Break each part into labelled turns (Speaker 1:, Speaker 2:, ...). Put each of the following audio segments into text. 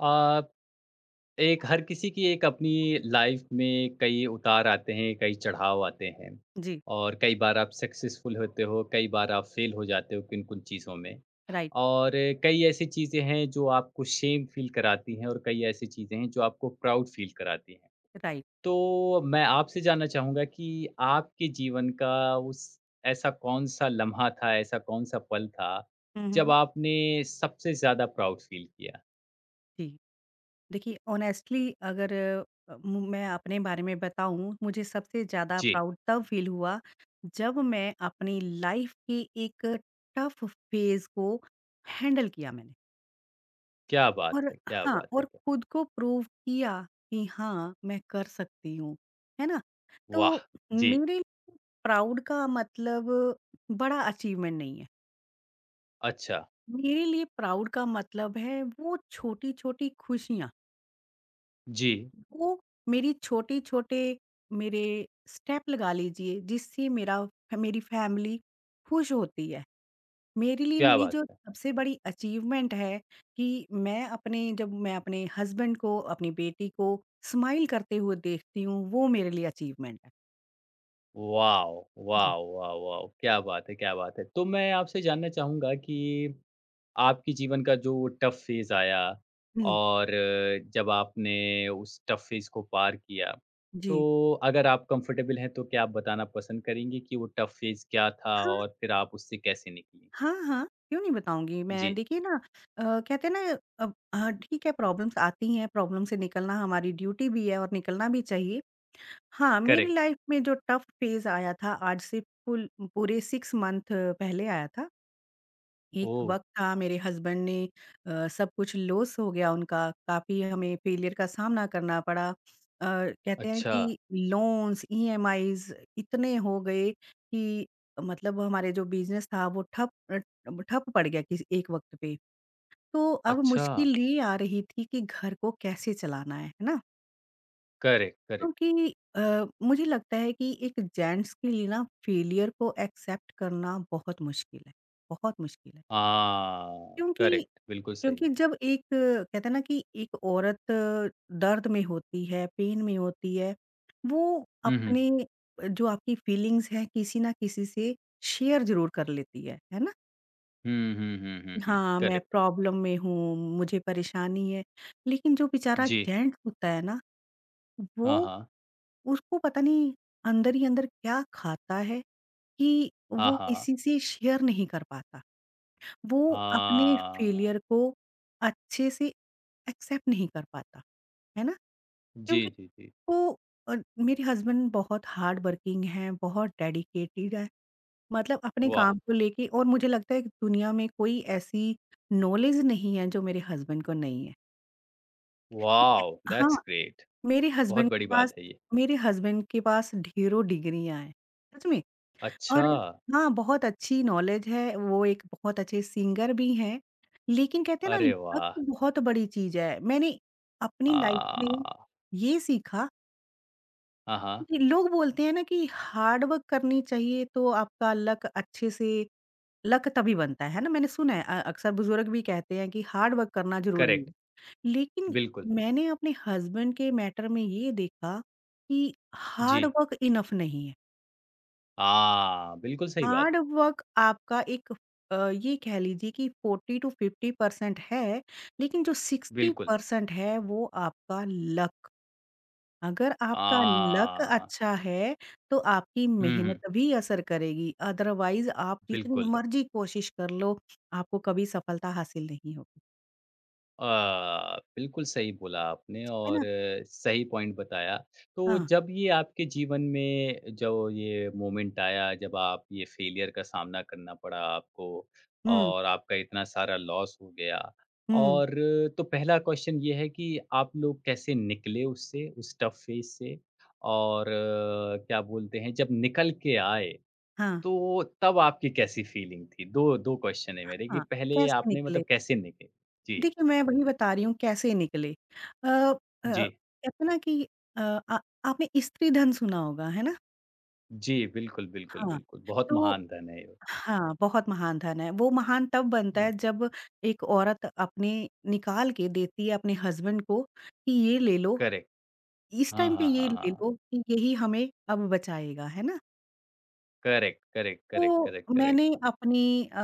Speaker 1: अ, एक हर किसी की एक अपनी लाइफ में कई उतार आते हैं, कई चढ़ाव आते हैं
Speaker 2: जी,
Speaker 1: और कई बार आप सक्सेसफुल होते हो, कई बार आप फेल हो जाते हो किन-किन चीज़ों में
Speaker 2: राइट,
Speaker 1: और कई ऐसी चीज़ें हैं जो आपको शेम फील कराती हैं और कई ऐसी चीज़ें हैं जो आपको प्राउड फील कराती हैं।
Speaker 2: राइट।
Speaker 1: तो मैं आपसे जानना चाहूँगा कि आपके जीवन का उस ऐसा कौन-सा लम्हा था, ऐसा कौन-सा पल था,
Speaker 2: हुँ, हुँ,
Speaker 1: जब
Speaker 2: हुँ।
Speaker 1: आपने सबसे ज़्यादा प्राउड फील किया?
Speaker 2: जी। देखिए ऑनेस्टली अगर अ, मु मैं अपने बारे में बताऊँ, मुझे सबसे ज़्यादा
Speaker 1: जी,
Speaker 2: प्राउड तब फ़ील हुआ जब मैं अपनी लाइफ़ की एक टफ़ फ़ेज़ को हैंडल किया मैंने
Speaker 1: क्या बात
Speaker 2: और
Speaker 1: है! क्या
Speaker 2: हाँ,
Speaker 1: बात
Speaker 2: और
Speaker 1: है!
Speaker 2: खुद को प्रूव किया कि हाँ, मैं कर सकती हूँ, है ना?
Speaker 1: वाह!
Speaker 2: तो मेरे
Speaker 1: जी,
Speaker 2: लिए प्राउड का मतलब बड़ा अचीवमेंट नहीं है।
Speaker 1: अच्छा,
Speaker 2: मेरे लिए प्राउड का मतलब है वो छोटी-छोटी खुशियाँ,
Speaker 1: जी,
Speaker 2: वो मेरी छोटे-छोटे मेरे स्टेप लगा लीजिए जिससे मेरा मेरी फैमिली खुश होती है। मेरे लिए
Speaker 1: क्या
Speaker 2: मेरी
Speaker 1: बात
Speaker 2: जो
Speaker 1: है!
Speaker 2: सबसे बड़ी अचीवमेंट है कि मैं अपने जब मैं अपने हस्बैंड को, अपनी बेटी को स्माइल करते हुए देखती हूँ, वो मेरे लिए अचीवमेंट है।
Speaker 1: वॉव!
Speaker 2: जी।
Speaker 1: वॉव! वॉव! वॉव! क्या बात है, क्या बात है! तो मैं आपसे जानना चाहूँगा कि आपके जीवन का जो टफ़ फ़ेज़ आया
Speaker 2: हुँ,
Speaker 1: और जब आपने उस टफ़ फ़ेज़ को पार किया,
Speaker 2: जी।
Speaker 1: तो अगर आप कंफ़र्टेबल हैं, तो क्या आप बताना पसंद करेंगी कि वो टफ़ फ़ेज़ क्या था और फिर आप उससे कैसे निकलीं?
Speaker 2: हाँ, हाँ, क्यों नहीं बताऊँगी मैं।
Speaker 1: जी,
Speaker 2: देखिए ना अ, कहते हैं ना अब हाँ, ठीक है प्रॉब्लम्स आती हैं, प्रॉब्लम से निकलना हमारी ड्यूटी भी है और निकलना भी चाहिए। हाँ, मेरी
Speaker 1: करेक्ट।
Speaker 2: लाइफ में जो टफ फेज़ आया था आज से फुल पूरे 6 मंथ पहले आया था। एक
Speaker 1: ओह!
Speaker 2: वक़्त था मेरे हस्बैंड ने सब कुछ लॉस हो गया उनका, काफ़ी हमें फेलियर का सामना करना पड़ा। कहते हैं
Speaker 1: अच्छा,
Speaker 2: कि लोन्स, ईएमआईज़ इतने हो गए कि मतलब हमारे जो बिज़नेस था वो ठप पड़ गया किस एक वक़्त पे। तो अब
Speaker 1: अच्छा,
Speaker 2: मुश्किल ये आ रही थी कि घर को कैसे चलाना है ना?
Speaker 1: Correct, correct.
Speaker 2: क्योंकि मुझे लगता है कि एक जेंट्स के लिए ना फेलियर को एक्सेप्ट करना बहुत मुश्किल है, बहुत मुश्किल है।
Speaker 1: हाँ,
Speaker 2: क्योंकि
Speaker 1: करेक्ट, बिल्कुल सही।
Speaker 2: क्योंकि जब एक कहते हैं ना कि एक औरत दर्द में होती है, पेन में होती है, वो
Speaker 1: हुँ, हुँ।
Speaker 2: अपने जो आपकी फीलिंग्स हैं किसी ना किसी से शेयर ज़रूर कर लेती है ना?
Speaker 1: हुँ, हुँ, हुँ, हुँ, हुँ।
Speaker 2: हाँ, मैं
Speaker 1: करेक्ट।
Speaker 2: प्रॉब्लम में हूँ, मुझे परेशानी है। लेकिन जो बेचारा
Speaker 1: जी।
Speaker 2: जेंट्स होता है ना, वो
Speaker 1: हाँ, हाँ।
Speaker 2: उसको पता नहीं अंदर ही अंदर क्या खाता है कि
Speaker 1: हाँ,
Speaker 2: वो
Speaker 1: हाँ।
Speaker 2: किसी से शेयर नहीं कर पाता। वो अपने
Speaker 1: हाँ।
Speaker 2: फेलियर को अच्छे से एक्सेप्ट नहीं कर पाता, है ना?
Speaker 1: जी,
Speaker 2: क्योंकि
Speaker 1: जी, जी।
Speaker 2: वो अ, मेरे हस्बैंड बहुत हार्ड वर्किंग हैं, बहुत डेडिकेटेड हैं, मतलब अपने
Speaker 1: वाह!
Speaker 2: काम को लेके और मुझे लगता है कि दुनिया में कोई ऐसी नॉलेज नहीं है जो मेरे हस्बैंड को नहीं है। ठीक है?
Speaker 1: वॉव!
Speaker 2: हाँ,
Speaker 1: दैट्स ग्रेट।
Speaker 2: मेरे
Speaker 1: बहुत
Speaker 2: हस्बैंड
Speaker 1: बड़ी
Speaker 2: के पास
Speaker 1: बात है ये।
Speaker 2: मेरे हस्बैंड के पास ढेरों डिग्रियाँ हैं, सच में। और
Speaker 1: अच्छा!
Speaker 2: हाँ, बहुत अच्छी नॉलेज है, वो एक बहुत अच्छे सिंगर भी हैं, लेकिन कहते हैं ना
Speaker 1: अरे
Speaker 2: लत
Speaker 1: वाह!
Speaker 2: तो बहुत बड़ी चीज़ है। मैंने अपनी लाइफ में
Speaker 1: आ
Speaker 2: ये सीखा
Speaker 1: हाँ, हाँ।
Speaker 2: कि लोग बोलते हैं ना कि हार्ड वर्क करनी चाहिए तो आपका लक अच्छे से लक तभी बनता है ना? मैंने सुना है अक्सर बुज़ुर्ग भी कहते हैं कि हार्ड वर्क करना ज़रूरी है।
Speaker 1: करेक्ट।
Speaker 2: लेकिन
Speaker 1: बिल्कुल।
Speaker 2: मैंने अपने हस्बैंड के मैटर में ये देखा कि
Speaker 1: जी।
Speaker 2: हार्ड वर्क इनफ नहीं है।
Speaker 1: आ बिल्कुल सही बात
Speaker 2: हार्ड
Speaker 1: है।
Speaker 2: वर्क आपका एक ये कह लीजिए कि 40-50% है, लेकिन जो
Speaker 1: बिल्कुल।
Speaker 2: 60% है वो आपका लक। अगर आपका लक
Speaker 1: आ
Speaker 2: अच्छा है, तो आपकी
Speaker 1: हुँ, हुँ।
Speaker 2: मेहनत भी असर करेगी, अदरवाइज़ आप जितनी
Speaker 1: बिल्कुल।
Speaker 2: मर्ज़ी कोशिश कर लो, आपको कभी सफलता हासिल नहीं होगी,
Speaker 1: बिल्कुल सही बोला आपने
Speaker 2: है
Speaker 1: और
Speaker 2: ना?
Speaker 1: सही पॉइंट बताया। तो
Speaker 2: हाँ,
Speaker 1: जब ये आपके जीवन में जो ये मोमेंट आया, जब आप ये फेलियर का सामना करना पड़ा आपको
Speaker 2: हुँ,
Speaker 1: और आपका इतना सारा लॉस हो गया
Speaker 2: हुँ,
Speaker 1: और तो पहला क्वेश्चन ये है कि आप लोग कैसे निकले उससे, उस टफ फेज़ से? और क्या बोलते हैं, जब निकल के आए,
Speaker 2: हाँ,
Speaker 1: तो तब आपकी कैसी फीलिंग थी? 2 क्वेश्चन है मेरे कि
Speaker 2: हाँ,
Speaker 1: पहले
Speaker 2: कैसे
Speaker 1: आपने
Speaker 2: निकले?
Speaker 1: मतलब कैसे निकले? जी,
Speaker 2: देखिए, मैं वही बता रही हूँ कैसे निकले। अ अ,
Speaker 1: जी।
Speaker 2: कहते हैं ना कि अ, आ आपने स्त्री धन सुना होगा, है ना?
Speaker 1: जी, बिल्कुल, बिल्कुल,
Speaker 2: हाँ,
Speaker 1: बिल्कुल, बहुत
Speaker 2: तो
Speaker 1: महान धन है ये।
Speaker 2: हाँ, बहुत महान धन है। वो महान तब बनता
Speaker 1: हुँ,
Speaker 2: है जब एक औरत अपने निकाल के देती है अपने हस्बैंड को कि ये ले लो,
Speaker 1: करेक्ट।
Speaker 2: इस
Speaker 1: हाँ,
Speaker 2: टाइम पे
Speaker 1: हाँ,
Speaker 2: ये
Speaker 1: हाँ,
Speaker 2: ले
Speaker 1: हाँ।
Speaker 2: लो कि यही हमें अब बचाएगा, है ना?
Speaker 1: करेक्ट, करेक्ट, करेक्ट, करेक्ट,
Speaker 2: तो
Speaker 1: करेक्ट।
Speaker 2: मैंने अपनी अ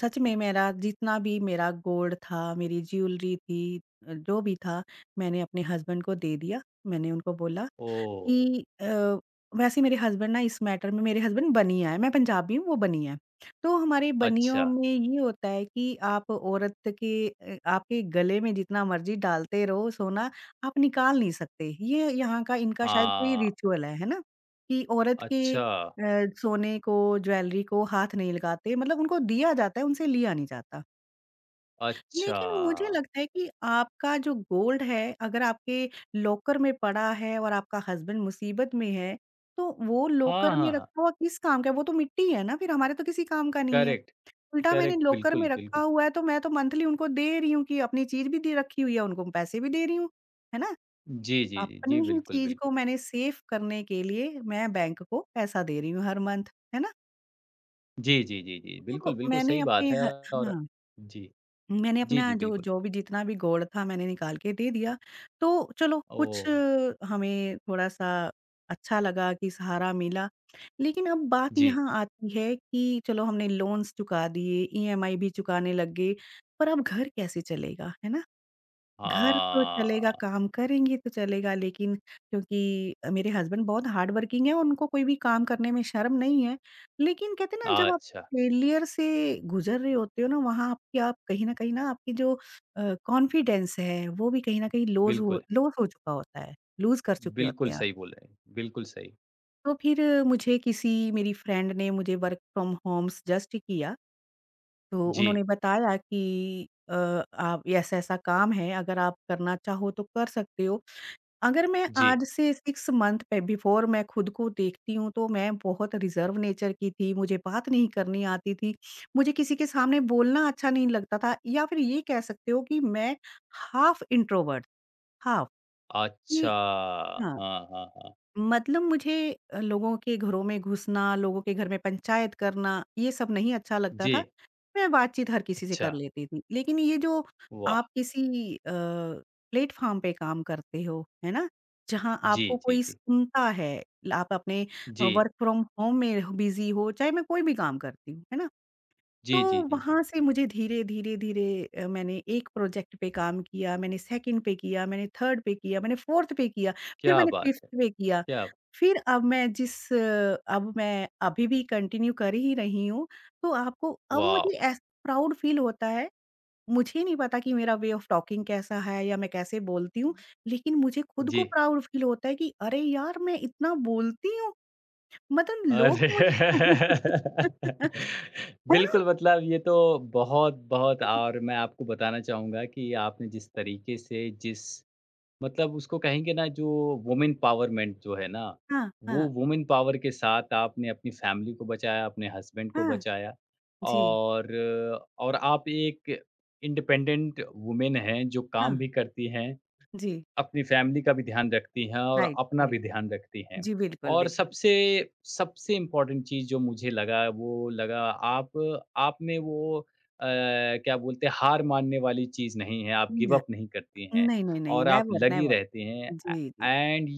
Speaker 2: सच में मेरा जितना भी मेरा गोल्ड था, मेरी ज्वेलरी थी, जो भी था मैंने अपने हस्बैंड को दे दिया। मैंने उनको बोला
Speaker 1: ओह!
Speaker 2: कि वैसे मेरे हस्बैंड ना इस मैटर में मेरे हस्बैंड बनिया है, मैं पंजाबी हूँ, वो बनिया है। तो हमारे बनियों
Speaker 1: अच्छा,
Speaker 2: में ये होता है कि आप औरत के आपके गले में जितना मर्ज़ी डालते रहो सोना, आप निकाल नहीं सकते। ये यहाँ का इनका शायद कोई
Speaker 1: हाँ,
Speaker 2: रिचुअल है ना? कि औरत के
Speaker 1: अच्छा,
Speaker 2: अ, सोने को, ज्वेलरी को हाथ नहीं लगाते मतलब उनको दिया जाता है, उनसे लिया नहीं जाता।
Speaker 1: अच्छा।
Speaker 2: लेकिन मुझे लगता है कि आपका जो गोल्ड है, अगर आपके लॉकर में पड़ा है और आपका हस्बैंड मुसीबत में है, तो वो
Speaker 1: हाँ,
Speaker 2: लॉकर में
Speaker 1: हाँ, हाँ,
Speaker 2: रखा हुआ किस काम का है? वो तो मिट्टी है ना फिर, हमारे तो किसी काम का नहीं है।
Speaker 1: करेक्ट,
Speaker 2: उल्टा मैंने
Speaker 1: करेक्ट,
Speaker 2: लॉकर में
Speaker 1: बिल्कुल,
Speaker 2: रखा
Speaker 1: बिल्कुल।
Speaker 2: हुआ है, तो मैं तो मंथली उनको दे रही हूँ कि अपनी चीज़ भी दे रखी हुई है, उनको मैं पैसे भी दे रही हूँ, है ना?
Speaker 1: जी, जी, जी,
Speaker 2: अपनी
Speaker 1: जी,
Speaker 2: ही
Speaker 1: बिल्कुल,
Speaker 2: चीज़ को
Speaker 1: बिल्कुल।
Speaker 2: मैंने सेफ करने के लिए मैं बैंक को पैसा दे रही हूँ हर मंथ, है ना?
Speaker 1: जी, जी, जी, जी,
Speaker 2: तो
Speaker 1: बिल्कुल, बिल्कुल
Speaker 2: मैंने
Speaker 1: सही बात
Speaker 2: अपने
Speaker 1: है
Speaker 2: ह
Speaker 1: और
Speaker 2: हाँ।
Speaker 1: जी,
Speaker 2: मैंने
Speaker 1: जी,
Speaker 2: अपना
Speaker 1: जी,
Speaker 2: जो
Speaker 1: बिल्कुल।
Speaker 2: जो भी जितना भी गोल्ड था मैंने निकाल के दे दिया। तो चलो कुछ
Speaker 1: ओह!
Speaker 2: हमें थोड़ा-सा अच्छा लगा कि सहारा मिला। लेकिन अब बात
Speaker 1: जी,
Speaker 2: यहाँ आती है कि चलो हमने लोन्स चुका दिए, ईएमआई भी चुकाने लग गए, पर अब घर कैसे चलेगा, है ना? घर तो चलेगा,
Speaker 1: हाँ,
Speaker 2: काम करेंगी तो चलेगा लेकिन क्योंकि मेरे हस्बैंड बहुत हार्ड वर्किंग है, उनको कोई भी काम करने में शर्म नहीं है। लेकिन कहते हैं ना जब आप
Speaker 1: अच्छा,
Speaker 2: फेलियर से गुज़र रहे होते हो ना वहाँ आपकी आप कहीं न कहीं ना आपकी जो कॉन्फिडेंस है वो भी कहीं न कहीं लूज़ हो
Speaker 1: बिल्कुल,
Speaker 2: लूज़ हो चुका होता है, लूज़ कर चुके होते
Speaker 1: बिल्कुल
Speaker 2: हैं आप।
Speaker 1: सही बोल रहे हैं, बिल्कुल सही।
Speaker 2: तो फिर मुझे किसी मेरी फ्रेंड ने मुझे वर्क फ्रॉम होम सजेस्ट किया, तो उन्होंने
Speaker 1: जी,
Speaker 2: बताया कि आप ऐसा-ऐसा काम है अगर आप करना चाहो तो कर सकते हो। अगर मैं
Speaker 1: जी।
Speaker 2: आज से 6 मंथ पे बिफ़ोर मैं खुद को देखती हूँ, तो मैं बहुत रिज़र्व नेचर की थी, मुझे बात नहीं करनी आती थी, मुझे किसी के सामने बोलना अच्छा नहीं लगता था या फिर ये कह सकते हो कि मैं हाफ़ इंट्रोवर्ट, हाफ़
Speaker 1: अच्छा,
Speaker 2: कि हाँ,
Speaker 1: हाँ, हाँ, हाँ।
Speaker 2: मतलब मुझे लोगों के घरों में घुसना, लोगों के घर में पंचायत करना, ये सब नहीं अच्छा लगता
Speaker 1: जी,
Speaker 2: था। मैं बातचीत हर किसी से
Speaker 1: अच्छा,
Speaker 2: कर लेती थी। लेकिन ये जो
Speaker 1: वाह!
Speaker 2: आप प्लेटफ़ॉर्म पे काम करते हो, है ना? जहाँ
Speaker 1: जी,
Speaker 2: आपको
Speaker 1: जी,
Speaker 2: कोई
Speaker 1: जी।
Speaker 2: सुनता है, ल आप अपने
Speaker 1: जी,
Speaker 2: वर्क फ्रॉम होम में बिज़ी हो, चाहे मैं कोई भी काम करती हूँ, है ना? तो
Speaker 1: जी, जी, जी, जी।
Speaker 2: वहाँ से मुझे धीरे, धीरे, धीरे, मैंने एक प्रोजेक्ट पे काम किया, मैंने सेकंड पे किया, मैंने थर्ड पे किया, मैंने फोर्थ पे किया, फिर
Speaker 1: क्या
Speaker 2: मैंने
Speaker 1: बात
Speaker 2: फिफ्थ
Speaker 1: है!
Speaker 2: पे किया।
Speaker 1: क्या
Speaker 2: फिर अब मैं अभी भी कंटिन्यू कर ही रही हूँ, तो आपको अब
Speaker 1: वॉव!
Speaker 2: मुझे ऐसा प्राउड फील होता है, मुझे नहीं पता कि मेरा वे ऑफ टॉकिंग कैसा है या मैं कैसे बोलती हूँ, लेकिन मुझे खुद को
Speaker 1: जी।
Speaker 2: प्राउड फील होता है कि अरे यार! मैं इतना बोलती हूँ, मतलब लोग
Speaker 1: अरे!
Speaker 2: मुझे है ना?
Speaker 1: बिल्कुल, मतलब ये तो बहुत-बहुत और मैं आपको बताना चाहूँगा कि आपने जिस तरीके से जिस मतलब उसको कहेंगे ना जो वुमेन पावरमेंट जो है ना,
Speaker 2: हाँ, हाँ।
Speaker 1: वो वुमेन पावर के साथ आपने अपनी फैमिली को बचाया, अपने हस्बैंड को
Speaker 2: हाँ,
Speaker 1: बचाया
Speaker 2: जी,
Speaker 1: और और आप एक इंडिपेंडेंट वुमेन हैं, जो
Speaker 2: हाँ,
Speaker 1: काम भी करती हैं
Speaker 2: जी,
Speaker 1: अपनी फैमिली का भी ध्यान रखती हैं और
Speaker 2: राइट,
Speaker 1: अपना
Speaker 2: राइट।
Speaker 1: भी ध्यान रखती हैं।
Speaker 2: जी, बिल्कुल,
Speaker 1: और
Speaker 2: बिल्कुल।
Speaker 1: सबसे सबसे इम्पोर्टेंट चीज़ जो मुझे लगा वो लगा आप आप में वो अ, क्या बोलते हैं हार मानने वाली चीज़ नहीं है, आप गिव
Speaker 2: न
Speaker 1: अप नहीं करती हैं
Speaker 2: नहीं, नहीं, नहीं,
Speaker 1: और आप
Speaker 2: नेवर,
Speaker 1: लगी
Speaker 2: नेवर।
Speaker 1: रहती हैं
Speaker 2: जी,
Speaker 1: ए
Speaker 2: जी।
Speaker 1: And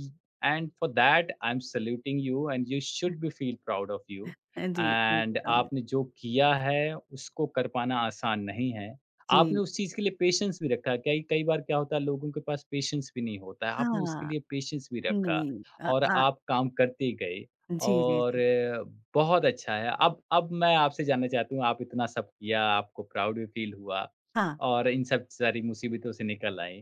Speaker 1: and for that I am saluting you and you should be feel proud of you
Speaker 2: जी, thank you
Speaker 1: and
Speaker 2: so much.
Speaker 1: आपने जो किया है उसको कर पाना आसान नहीं है। आपने
Speaker 2: जी,
Speaker 1: उस चीज़ के लिए पेशेंस भी रखा। कई कई बार क्या होता है लोगों के पास पेशेंस भी नहीं होता है। आपने उसके
Speaker 2: हाँ,
Speaker 1: लिए पेशेंस भी रखा
Speaker 2: नहीं अ,
Speaker 1: और
Speaker 2: आ
Speaker 1: आप काम करते गए
Speaker 2: जी, जी,
Speaker 1: और
Speaker 2: जी।
Speaker 1: बहुत अच्छा है। अब मैं आपसे जानना चाहता हूँ आप इतना सब किया, आपको प्राउड भी फ़ील हुआ
Speaker 2: हाँ,
Speaker 1: और इन सब सारी मुसीबतों से निकल आए।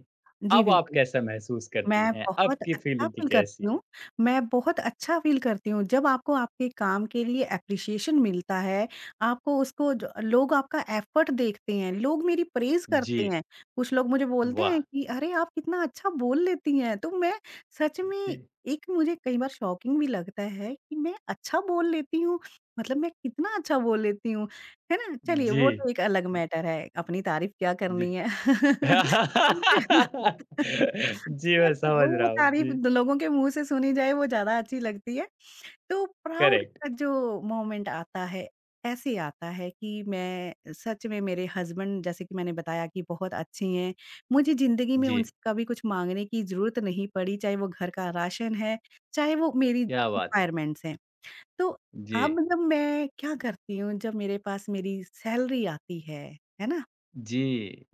Speaker 2: जी,
Speaker 1: अब आप
Speaker 2: बिल्कुल।
Speaker 1: कैसा महसूस करती
Speaker 2: मैं
Speaker 1: हैं? अब
Speaker 2: बहुत
Speaker 1: की
Speaker 2: अच्छा
Speaker 1: फ़ीलिंग की
Speaker 2: फ़ील करती
Speaker 1: कैसी है?
Speaker 2: हूँ, मैं बहुत अच्छा फ़ील करती हूँ। जब आपको आपके काम के लिए एप्रिशिएशन मिलता है, आपको उसको ज लोग आपका एफ़र्ट देखते हैं, लोग मेरी प्रेज़
Speaker 1: जी,
Speaker 2: करते हैं। कुछ लोग मुझे बोलते
Speaker 1: वाह!
Speaker 2: हैं कि अरे! आप कितना अच्छा बोल लेती हैं। तो मैं सच में
Speaker 1: जी,
Speaker 2: एक मुझे कई बार शॉकिंग भी लगता है कि मैं अच्छा बोल लेती हूँ, मतलब मैं कितना अच्छा बोल लेती हूँ, है ना? चलिए
Speaker 1: जी,
Speaker 2: वो तो एक अलग मैटर है, अपनी तारीफ़ क्या
Speaker 1: जी।
Speaker 2: करनी है।
Speaker 1: जी,
Speaker 2: अच्छी है
Speaker 1: मैं
Speaker 2: ना,
Speaker 1: समझ
Speaker 2: वो
Speaker 1: रहा हूँ।
Speaker 2: तारीफ़
Speaker 1: जी।
Speaker 2: द लोगों के मुँह से सुनी जाए वो ज़्यादा अच्छी लगती है। तो प्राउड
Speaker 1: करेक्ट,
Speaker 2: का जो मोमेंट आता है, ऐसे आता है कि मैं सच में मेरे हस्बैंड जैसे कि मैंने बताया कि बहुत अच्छे हैं। मुझे ज़िंदगी में
Speaker 1: जी,
Speaker 2: उनसे कभी कुछ माँगने की ज़रूरत नहीं पड़ी, चाहे वो घर का राशन है, चाहे वो मेरी
Speaker 1: क्या बात है!
Speaker 2: रिक्वायरमेंट्स हैं। तो
Speaker 1: जी,
Speaker 2: अब जब मैं क्या करती हूँ, जब मेरे पास मेरी सैलरी आती है ना?
Speaker 1: जी,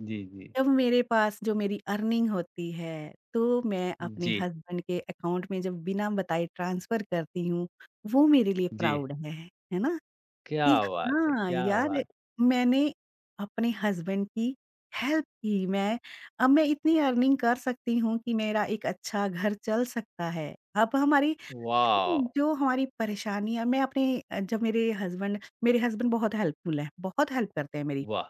Speaker 1: जी, जी,
Speaker 2: जब मेरे पास जो मेरी अर्निंग होती है, तो मैं अपने
Speaker 1: जी,
Speaker 2: हस्बैंड के अकाउंट में जब बिना बताए ट्रांसफ़र करती हूँ, वो मेरे लिए
Speaker 1: जी,
Speaker 2: प्राउड है ना?
Speaker 1: क्या
Speaker 2: कि
Speaker 1: बात है!
Speaker 2: हाँ,
Speaker 1: क्या
Speaker 2: यार
Speaker 1: बात!
Speaker 2: मैंने अपने हस्बैंड की हेल्प की, मैं अब मैं इतनी अर्निंग कर सकती हूँ कि मेरा एक अच्छा घर चल सकता है। अब हमारी
Speaker 1: वॉव!
Speaker 2: जो हमारी परेशानियाँ मैं अपने अ, जब मेरे हस्बैंड बहुत हेल्पफुल हैं, बहुत हेल्प करते हैं मेरी।
Speaker 1: वाह!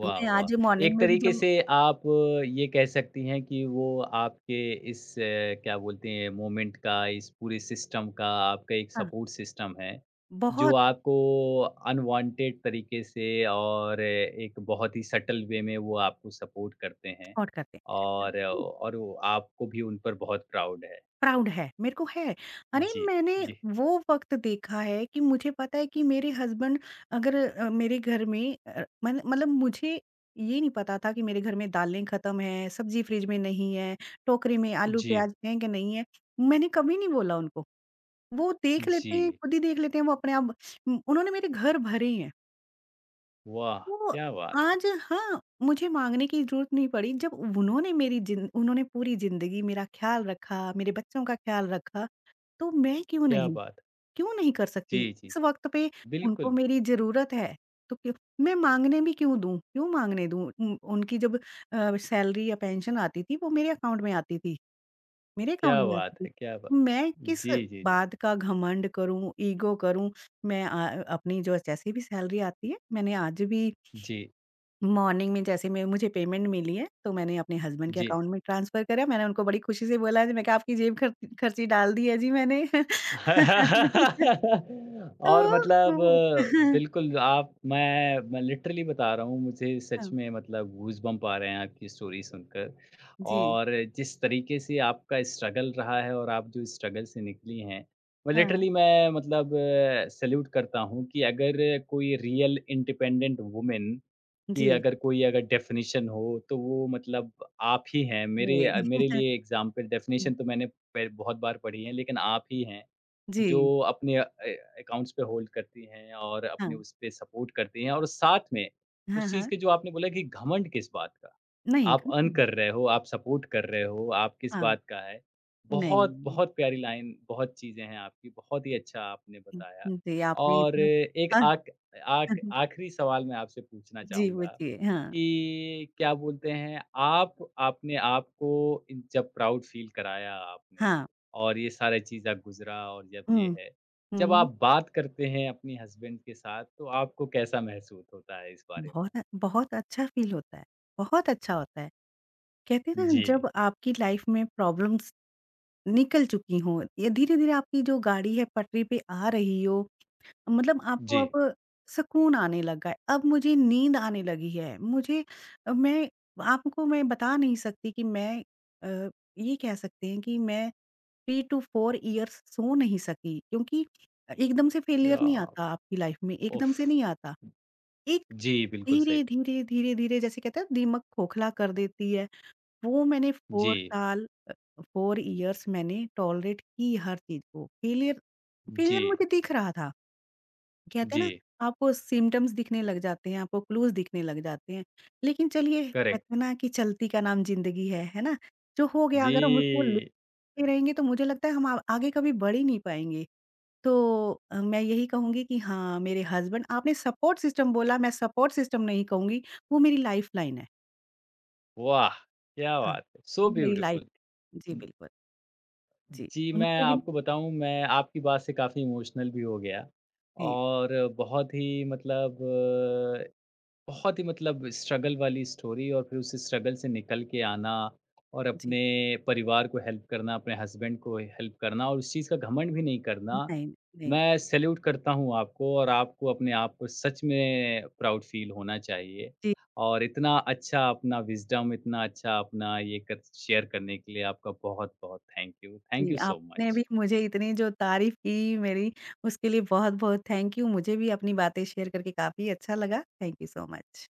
Speaker 1: वाह,
Speaker 2: मैं
Speaker 1: वाह!
Speaker 2: आज मॉर्निंग
Speaker 1: एक
Speaker 2: में भी
Speaker 1: तरीके
Speaker 2: जब
Speaker 1: से आप ये कह सकती हैं कि वो आपके इस क्या बोलते हैं मोमेंट का, इस पूरे सिस्टम का आपका एक
Speaker 2: हाँ,
Speaker 1: सपोर्ट सिस्टम है, जो
Speaker 2: बहुत
Speaker 1: आपको अनवांटेड तरीके से और एक बहुत ही सटल वे में वो आपको सपोर्ट करते हैं
Speaker 2: सपोर्ट करते
Speaker 1: और
Speaker 2: हैं।
Speaker 1: और वो आपको भी उन पर बहुत प्राउड है।
Speaker 2: प्राउड है मेरे को है, अरे
Speaker 1: जी,
Speaker 2: मैंने
Speaker 1: जी,
Speaker 2: वो वक्त देखा है कि मुझे पता है कि मेरे हस्बैंड अगर अ, मेरे घर में मतलब मुझे ये नहीं पता था कि मेरे घर में दालें खत्म है, सब्जी फ्रिज में नहीं है, टोकरी में आलू
Speaker 1: जी,
Speaker 2: प्याज हैं कि नहीं है, मैंने कभी नहीं बोला उनको। वो देख
Speaker 1: जी।
Speaker 2: लेते हैं, खुद ही देख लेते हैं वो अपने आप। उन्होंने मेरे घर भरे हैं।
Speaker 1: वाह!
Speaker 2: तो
Speaker 1: क्या बात है,
Speaker 2: आज हाँ, मुझे माँगने की ज़रूरत नहीं पड़ी, जब उन्होंने मेरी जिन उन्होंने पूरी ज़िंदगी मेरा ख़्याल रखा, मेरे बच्चों का ख़्याल रखा, तो मैं क्यों
Speaker 1: क्या
Speaker 2: नहीं?
Speaker 1: बात है।
Speaker 2: क्यों नहीं कर सकती?
Speaker 1: जी, जी,
Speaker 2: इस वक़्त पे उनको
Speaker 1: बिल्कुल।
Speaker 2: मेरी ज़रूरत है, तो क्यों मैं माँगने भी क्यों दूँ? क्यों माँगने दूँ? उनकी जब सैलरी या पेंशन आती थी, वो मेरे अकाउंट में आती थी, मेरे अकाउंट
Speaker 1: क्या
Speaker 2: में
Speaker 1: बात
Speaker 2: आती थी।
Speaker 1: है! क्या बात
Speaker 2: मैं किस
Speaker 1: जी, जी, जी।
Speaker 2: बात का घमंड करूँ, ईगो करूँ? मैं अपनी जो जैसे भी सैलरी आती है, मैंने आज भी
Speaker 1: जी,
Speaker 2: मॉर्निंग में जैसे मैं मुझे पेमेंट मिली है, तो मैंने अपने हस्बैंड के
Speaker 1: जी।
Speaker 2: अकाउंट में ट्रांसफ़र करा। मैंने उनको बड़ी खुशी से बोला जी, मैं कहा आपकी जेब खर्च खर्ची डाल दी है जी मैंने।
Speaker 1: और
Speaker 2: तो
Speaker 1: मतलब
Speaker 2: तो
Speaker 1: बिल्कुल आप मैं लिटरली बता रहा हूँ, मुझे सच
Speaker 2: हाँ,
Speaker 1: में मतलब गूज़बम्प आ रहे हैं आपकी स्टोरी सुनकर।
Speaker 2: जी,
Speaker 1: और जिस तरीके से आपका स्ट्रगल रहा है और आप जो स्ट्रगल से निकली हैं, मैं
Speaker 2: हाँ,
Speaker 1: लिटरली मैं मतलब सैल्यूट करता हूँ कि अगर कोई रियल इंडिपेंडेंट वुमन कि
Speaker 2: जी,
Speaker 1: अगर कोई अगर डेफ़िनेशन हो, तो वो मतलब आप ही हैं। मेरे
Speaker 2: अरे!
Speaker 1: मेरे लिए एग्ज़ाम्पल डेफ़िनेशन तो मैंने पह बहुत बार पढ़ी है, लेकिन आप ही हैं,
Speaker 2: जी,
Speaker 1: जो अपने अकाउंट्स पे होल्ड करती हैं और
Speaker 2: हाँ,
Speaker 1: अपने उस पे सपोर्ट करती हैं और साथ में
Speaker 2: हाँ,
Speaker 1: उस चीज़
Speaker 2: हाँ।
Speaker 1: के जो आपने बोला कि घमंड किस बात का?
Speaker 2: नहीं,
Speaker 1: आप अर्न
Speaker 2: नहीं,
Speaker 1: कर रहे हो, आप सपोर्ट कर रहे हो, आप किस
Speaker 2: हाँ,
Speaker 1: बात का है।
Speaker 2: नहीं,
Speaker 1: बहुत-बहुत प्यारी लाइन, बहुत चीज़ें हैं आपकी, बहुत ही अच्छा आपने बताया।
Speaker 2: जी आपने
Speaker 1: और
Speaker 2: इतना
Speaker 1: एक
Speaker 2: हाँ,
Speaker 1: आख आख आखिरी सवाल मैं आपसे पूछना
Speaker 2: जी
Speaker 1: चाहूँगा
Speaker 2: पूछिए, हाँ,
Speaker 1: कि क्या बोलते हैं, आप आपने आपको इन जब प्राउड फ़ील कराया आपने
Speaker 2: हाँ,
Speaker 1: और ये सारी चीज़ें गुज़रा और जब ये
Speaker 2: हुँ,
Speaker 1: है, जब
Speaker 2: हुँ।
Speaker 1: आप बात करते हैं अपनी हस्बैंड के साथ, तो आपको कैसा महसूस होता है इस बारे में?
Speaker 2: बहुत बहुत अच्छा फ़ील होता है, बहुत अच्छा होता है। कहते हैं ना
Speaker 1: जी।
Speaker 2: जब आपकी लाइफ में प्रॉब्लम्स निकल चुकी हों या धीरे-धीरे आपकी जो गाड़ी है पटरी पे आ रही हो, मतलब
Speaker 1: जी,
Speaker 2: आपको अब सुकून आने लगा है, अब मुझे नींद आने लगी है, मुझे अ, मैं आपको मैं बता नहीं सकती कि अ, ये कह सकते हैं कि मैं 3 टू 4 इयर्स सो नहीं सकी क्योंकि एकदम से फेलियर
Speaker 1: या
Speaker 2: नहीं आता आपकी लाइफ में, एकदम से
Speaker 1: उफ़!
Speaker 2: नहीं आता। एक
Speaker 1: जी, बिल्कुल सही।
Speaker 2: धीरे-धीरे, धीरे-धीरे जैसे कहते हैं दिमक खोखला कर देती है, वो मैंने 4
Speaker 1: जी,
Speaker 2: साल 4 इयर्स मैंने टॉलरेट की हर चीज़ को। फेलियर
Speaker 1: जी,
Speaker 2: फेलियर मुझे दिख रहा था। कहते हैं ना
Speaker 1: जी,
Speaker 2: आपको सिम्पटम्स दिखने लग जाते हैं, आपको क्लूज़ दिखने लग जाते हैं। लेकिन चलिए
Speaker 1: करेक्ट।
Speaker 2: कहते हैं ना कि चलती का नाम ज़िंदगी है ना? जो हो गया
Speaker 1: जी,
Speaker 2: अगर हम उसको लेते रहेंगे तो मुझे लगता है हम आ आगे कभी बढ़ ही नहीं पाएँगे। तो मैं यही कहूँगी कि हाँ, मेरे हस्बैंड आपने सपोर्ट सिस्टम बोला, मैं सपोर्ट सिस्टम नहीं कहूँगी, वो मेरी लाइफ़लाइन है।
Speaker 1: वाह! क्या
Speaker 2: हाँ,
Speaker 1: बात है, सो
Speaker 2: वो मेरी लाइफ़
Speaker 1: ब्यूटीफुल।
Speaker 2: जी, बिल्कुल। जी,
Speaker 1: जी, मैं
Speaker 2: उनके बिन
Speaker 1: आपको बताऊँ मैं आपकी बात से काफ़ी इमोशनल भी हो गया
Speaker 2: जी,
Speaker 1: और बहुत ही मतलब स्ट्रगल वाली स्टोरी और फिर उस स्ट्रगल से निकल के आना और
Speaker 2: जी।
Speaker 1: अपने परिवार को हेल्प करना, अपने हस्बैंड को हेल्प करना और उस चीज़ का घमंड भी नहीं करना।
Speaker 2: नहीं, नहीं।
Speaker 1: मैं सैल्यूट करता हूँ आपको और आपको अपने आप को सच में प्राउड फ़ील होना चाहिए।
Speaker 2: जी,
Speaker 1: और इतना अच्छा अपना विज़डम, इतना अच्छा अपना ये कर शेयर करने के लिए आपका बहुत-बहुत थैंक यू। थैंक
Speaker 2: जी,
Speaker 1: यू सो
Speaker 2: आपने
Speaker 1: मच।
Speaker 2: भी मुझे इतनी जो तारीफ़ की मेरी, उसके लिए बहुत-बहुत थैंक यू। मुझे भी अपनी बातें शेयर करके काफ़ी अच्छा लगा। Thank you so much.